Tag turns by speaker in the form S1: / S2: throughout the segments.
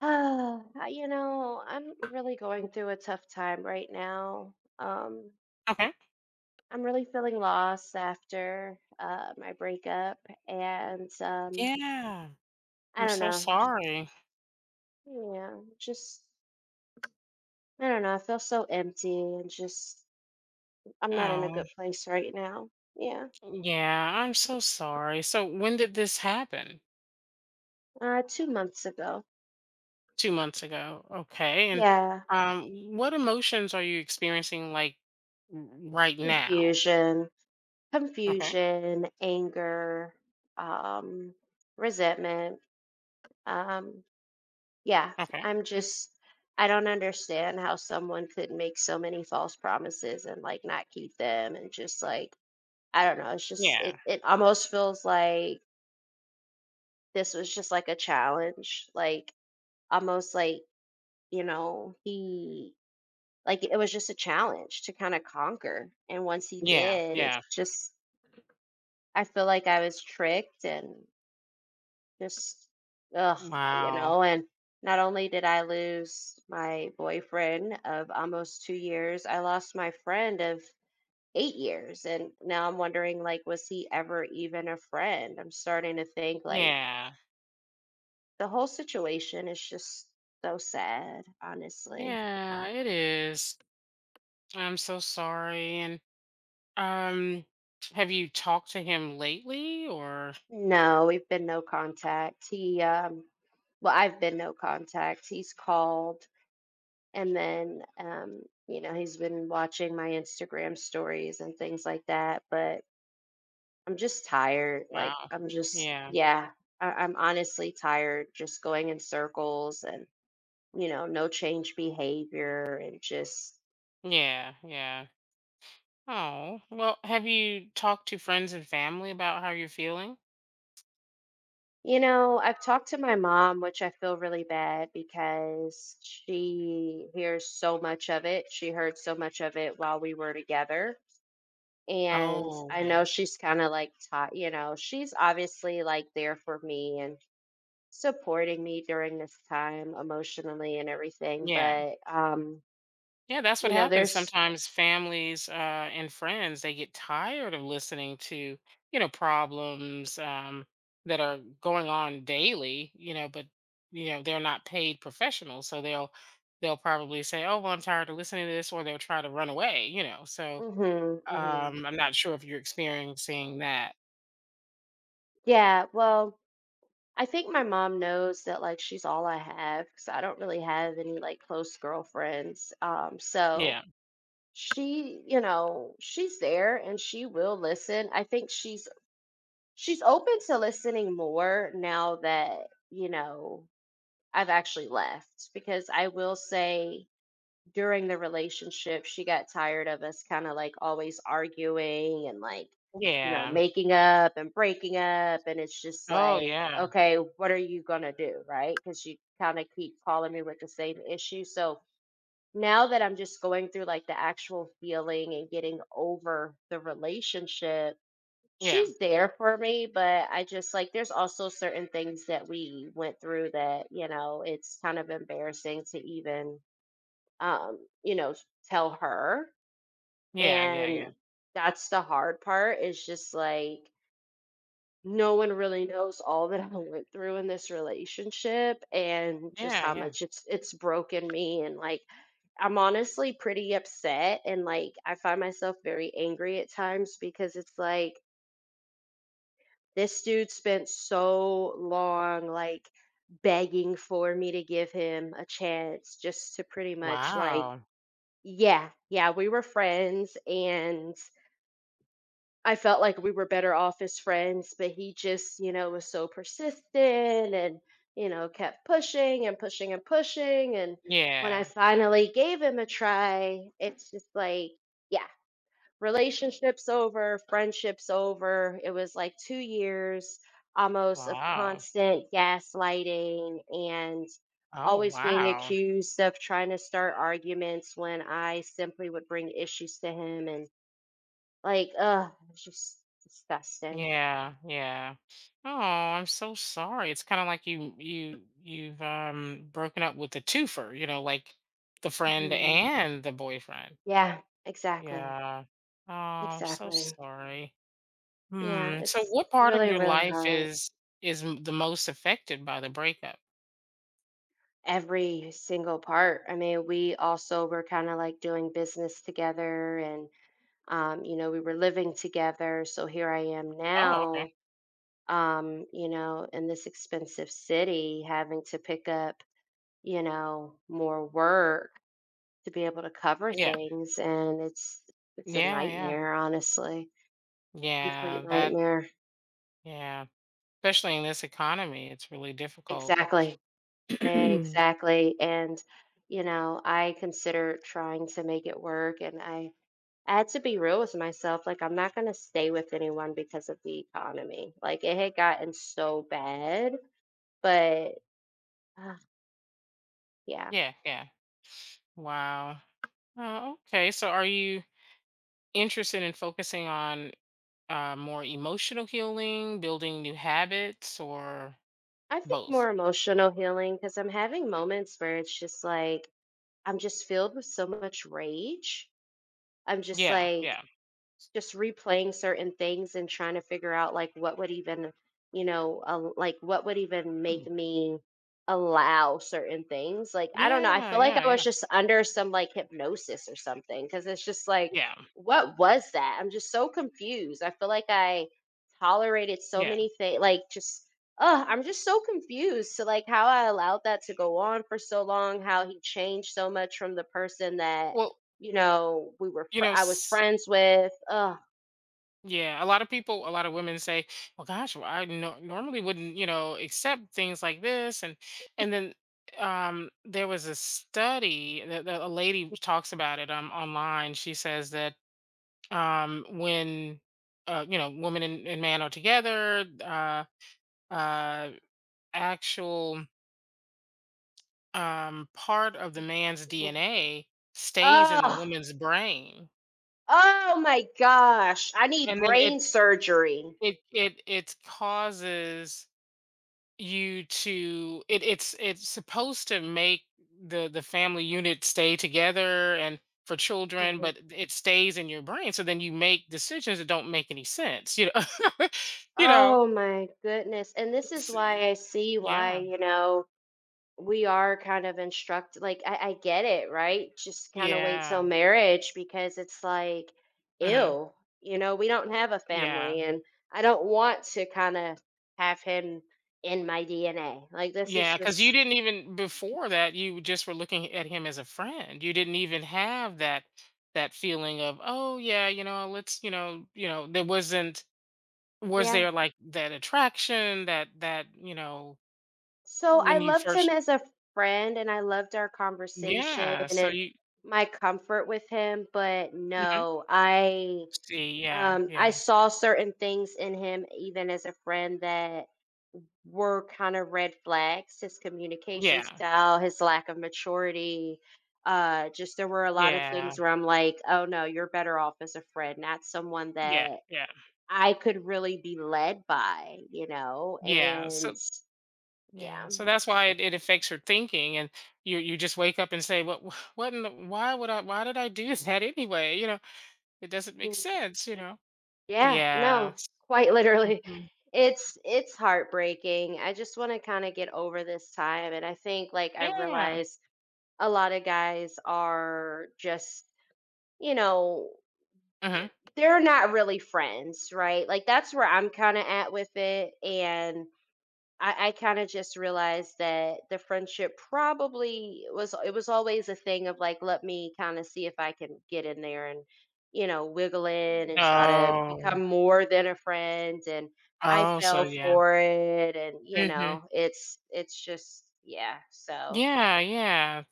S1: Uh, I'm really going through a tough time right now.
S2: Okay.
S1: I'm really feeling lost after my breakup and
S2: Yeah.
S1: I
S2: I'm
S1: don't
S2: so
S1: know, it's just
S2: sorry.
S1: yeah, just I don't know, I feel so empty and just I'm not in a
S2: Oh,
S1: good place right now. Yeah.
S2: yeah. I'm so sorry. So, when did this happen?
S1: 2 months ago.
S2: 2 months ago. Okay. And
S1: Yeah.
S2: what emotions are you experiencing, like, r- right now?
S1: Confusion,
S2: Okay.
S1: confusion, anger, um, resentment. Um, Yeah,
S2: Okay.
S1: I'm just I don't understand how someone could make so many false promises and like not keep them and just like I don't know, it's just
S2: Yeah.
S1: it almost feels like this was just like a challenge, like almost like, you know, he like it was just a challenge to kind of conquer. And once he
S2: Yeah.
S1: did, it's
S2: Yeah.
S1: just I feel like I was tricked and Just, ugh, you
S2: Wow.
S1: know, and not only did I lose my boyfriend of almost 2 years, I lost my friend of 8 years. And now I'm wondering, like, was he ever even a friend? I'm starting to think, like,
S2: Yeah.
S1: the whole situation is just so sad, honestly.
S2: Yeah. It is. I'm so sorry. And um, have you talked to him lately, or?
S1: No, we've been no contact. I've been no contact. He's called and then you know he's been watching my Instagram stories and things like that but I'm just tired like
S2: Wow. Yeah.
S1: I'm honestly tired just going in circles and you know no change behavior and just
S2: Yeah. Yeah. Oh, well, have you talked to friends and family about how you're feeling?
S1: you know I've talked to my mom which I feel really bad because she heard so much of it while we were together and
S2: Oh,
S1: I know
S2: yeah.
S1: she's kind of like taught, you know, she's obviously like there for me and supporting me during this time emotionally and everything.
S2: Yeah.
S1: But
S2: Yeah, that's what
S1: you know,
S2: happens.
S1: there's,
S2: Sometimes families, and friends, they get tired of listening to, problems that are going on daily, you know, but, they're not paid professionals. So they'll probably say, "Oh, well, I'm tired of listening to this," or they'll try to run away. So
S1: hmm hmm
S2: I'm not sure if you're experiencing that.
S1: yeah. Well, I think my mom knows that like she's all I have because I don't really have any like close girlfriends. So
S2: Yeah.
S1: she, you know, she's there and she will listen. I think she's open to listening more now that you know I've actually left because I will say during the relationship, she got tired of us kind of like always arguing and like, you know,
S2: Yeah.
S1: making up and breaking up. And it's just
S2: Oh,
S1: like,
S2: yeah.
S1: okay, what are you going to do? Right. Because you kind of keep calling me with the same issue. So now that I'm just going through like the actual feeling and getting over the relationship,
S2: Yeah.
S1: she's there for me, but I just like there's also certain things that we went through that, you know, it's kind of embarrassing to even um, you know, tell her.
S2: Yeah, yeah, yeah.
S1: And that's the hard part is just like no one really knows all that I went through in this relationship and just
S2: Yeah,
S1: how
S2: yeah.
S1: much it's broken me and like I'm honestly pretty upset and like I find myself very angry at times because it's like this dude spent so long, like, begging for me to give him a chance just to pretty much, like
S2: Wow.
S1: yeah, yeah, we were friends, and I felt like we were better off as friends, but he just, you know, was so persistent and, you know, kept pushing and pushing and pushing, and when I
S2: Yeah.
S1: finally gave him a try, it's just like, yeah, relationships over, friendships over. It was like 2 years almost of
S2: Wow.
S1: constant gaslighting and
S2: Oh,
S1: always being
S2: wow.
S1: accused of trying to start arguments when I simply would bring issues to him and it's just disgusting.
S2: Yeah, yeah. Oh, I'm so sorry. It's kind of like you've broken up with the twofer, like the friend
S1: Mhm.
S2: and the boyfriend.
S1: Yeah, exactly.
S2: Yeah. Oh, I'm so
S1: Exactly.
S2: sorry.
S1: Yeah,
S2: Hmm. So,
S1: it's
S2: what part of
S1: really,
S2: your
S1: really
S2: life
S1: hard.
S2: is the most affected by the breakup?
S1: Every single part. I mean, we also were kind of like doing business together and. You know, we were living together. So here I am
S2: Oh, okay.
S1: now, you know, in this expensive city having to pick up, you know, more work to be able to cover
S2: Yeah.
S1: things. And it's a
S2: Yeah, yeah.
S1: nightmare, honestly, complete
S2: Yeah, that,
S1: nightmare.
S2: yeah. Especially in this economy, it's really difficult.
S1: Exactly. Exactly. And, you know, I consider trying to make it work and I had to be real with myself, like, I'm not gonna stay with anyone because of the economy. Like, it had gotten so bad, but, ah, yeah.
S2: Yeah, yeah. Wow. Oh, okay. So are you interested in focusing on more emotional healing, building new habits, or
S1: I think
S2: both?
S1: more emotional healing because 'cause I'm having moments where it's just like, I'm just filled with so much rage. I'm just
S2: Yeah,
S1: like,
S2: yeah.
S1: just replaying certain things and trying to figure out like what would even like what would even make
S2: Mm.
S1: me allow certain things like I don't know I
S2: Yeah,
S1: feel like
S2: yeah,
S1: I was
S2: yeah.
S1: just under some like hypnosis or something because it's just like
S2: Yeah,
S1: what was that I'm just so confused I feel like I tolerated so
S2: yeah.
S1: many things like just oh I'm just so confused to like how I allowed that to go on for so long how he changed so much from the person that
S2: Well, you know,
S1: I was friends with. Ugh.
S2: yeah, a lot of people, a lot of women say, "Well, gosh, well, I normally wouldn't, accept things like this." And then there was a study that a lady talks about it online. She says that when woman and man are together, uh, actual part of the man's
S1: Mhm.
S2: DNA stays in the
S1: Oh,
S2: woman's brain,
S1: oh my gosh. I need
S2: and then it
S1: brain surgery.
S2: it it it causes you to it's supposed to make the family unit stay together and for children,
S1: Mhm.
S2: but it stays in your brain, so then you make decisions that don't make any sense. you know
S1: Oh my goodness. And this is
S2: it's,
S1: why I see why,
S2: yeah,
S1: you know, we are kind of instructed. Like, I get it, right? Just kind of wait till
S2: yeah,
S1: marriage because it's like,
S2: mhm,
S1: ew, you know, we don't have a
S2: yeah,
S1: family and I don't want to kind of have him in my DNA. Like, this is
S2: yeah because you
S1: just,
S2: didn't even before that, you just were looking at him as a friend, you didn't even have that feeling of, oh, yeah, let's, there wasn't. Was
S1: yeah.
S2: there, like, that attraction that,
S1: So I
S2: when you
S1: loved him
S2: first.
S1: as a friend and I loved our conversation
S2: Yeah, so
S1: and
S2: you.
S1: my comfort with him, but
S2: Mhm.
S1: no,
S2: See, yeah,
S1: I
S2: yeah,
S1: saw certain things in him even as a friend that were kind of red flags, his communication
S2: yeah,
S1: style, his lack of maturity. Just there were a lot of
S2: yeah,
S1: things where I'm like, oh no, you're better off as a friend, not someone
S2: yeah,
S1: that
S2: yeah,
S1: I could really be led by, you know,
S2: yeah,
S1: and
S2: so, yeah,
S1: yeah.
S2: so that's why it affects your thinking, and you just wake up and say, "What what in the why would I why did I do that anyway?" You know, it doesn't make sense, you know?
S1: Yeah,
S2: Yeah,
S1: no, quite literally.
S2: mhm,
S1: It's heartbreaking. I just want to kind of get over this time and I think like I
S2: yeah,
S1: realize a lot of guys are just, you know,
S2: mhm.
S1: they're not really friends, right? Like that's where I'm kind of at with it and I kind of just realized that the friendship probably was it was always a thing of like let me kind of see if I can get in there and you know wiggle in and try to
S2: Oh,
S1: become more than a friend and I
S2: oh, so,
S1: fell
S2: yeah,
S1: for it and you
S2: mhm.
S1: know it's just yeah so
S2: Yeah, yeah.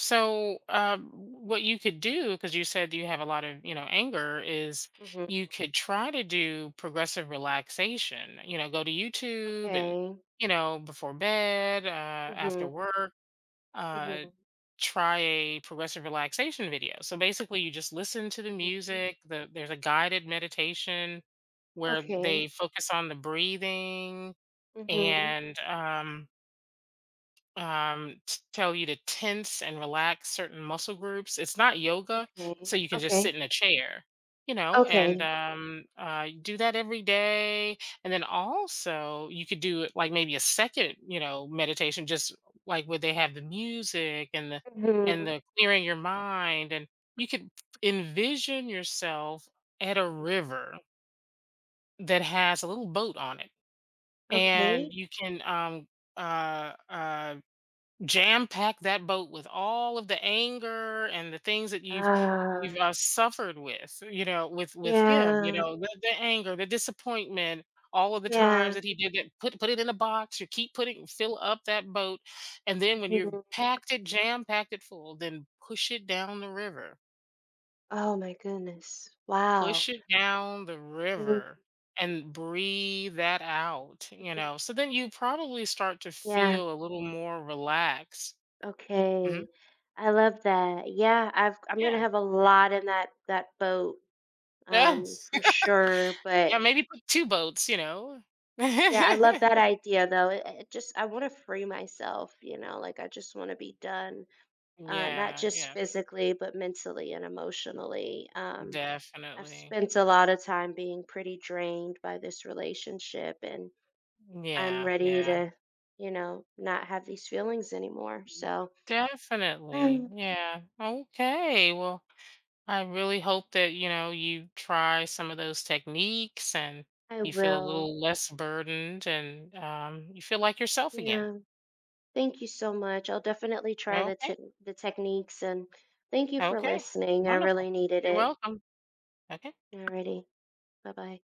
S2: So, what you could do, because you said you have a lot of, anger, is you
S1: hmm
S2: could try to do progressive relaxation. Go to YouTube and,
S1: okay
S2: before bed, after
S1: hmm
S2: work, uh,
S1: hmm
S2: try a progressive relaxation video. So, basically, you just listen to the
S1: hmm
S2: music. There's a guided meditation where
S1: okay
S2: they focus on the breathing
S1: hmm
S2: and tell you to tense and relax certain muscle groups. It's not yoga,
S1: okay
S2: so you can just sit
S1: okay
S2: in a chair, and
S1: okay
S2: do that every day. And then also you could do it, like, maybe a second, meditation, just like where they have the music and the and
S1: hmm
S2: the clearing your mind, and you could envision yourself at a river that has a little boat on it, and
S1: okay
S2: you can uh uh jam pack that boat with all of the anger and the things that you've,
S1: uh
S2: suffered with, with him,
S1: yeah.
S2: the anger, the disappointment, all of the times
S1: Yeah,
S2: that he did it, put it in a box, you keep putting, fill up that boat, and then when you've
S1: mhm.
S2: packed it, jam packed it full, then push it down the river.
S1: Oh my goodness. Wow.
S2: Push it down the
S1: Mhm.
S2: river and breathe that out, so then you probably start to
S1: Yeah,
S2: feel a little more relaxed. Mhm.
S1: okay. I love that. Yeah, I'm gonna
S2: Yeah.
S1: have a lot in that boat, for sure. But
S2: Yeah, maybe put two boats, you know?
S1: yeah, I love that idea though. It just I want to free myself, you know, like I just want to be done, not
S2: Yeah,
S1: just
S2: yeah,
S1: physically, but mentally and emotionally. I've
S2: definitely.
S1: spent a lot of time being pretty drained by this relationship and I'm
S2: Yeah,
S1: ready
S2: yeah.
S1: to, you know, not have these feelings anymore. So
S2: Definitely, yeah. Okay, well, I really hope that, you try some of those techniques, and
S1: I
S2: you feel a
S1: will.
S2: little less burdened and, you feel like yourself again.
S1: Yeah. Thank you so much. I'll definitely try the
S2: Okay,
S1: the techniques and thank you for
S2: okay,
S1: listening. I
S2: wonderful.
S1: really needed
S2: You're
S1: it.
S2: welcome. Okay.
S1: Alrighty. Bye bye.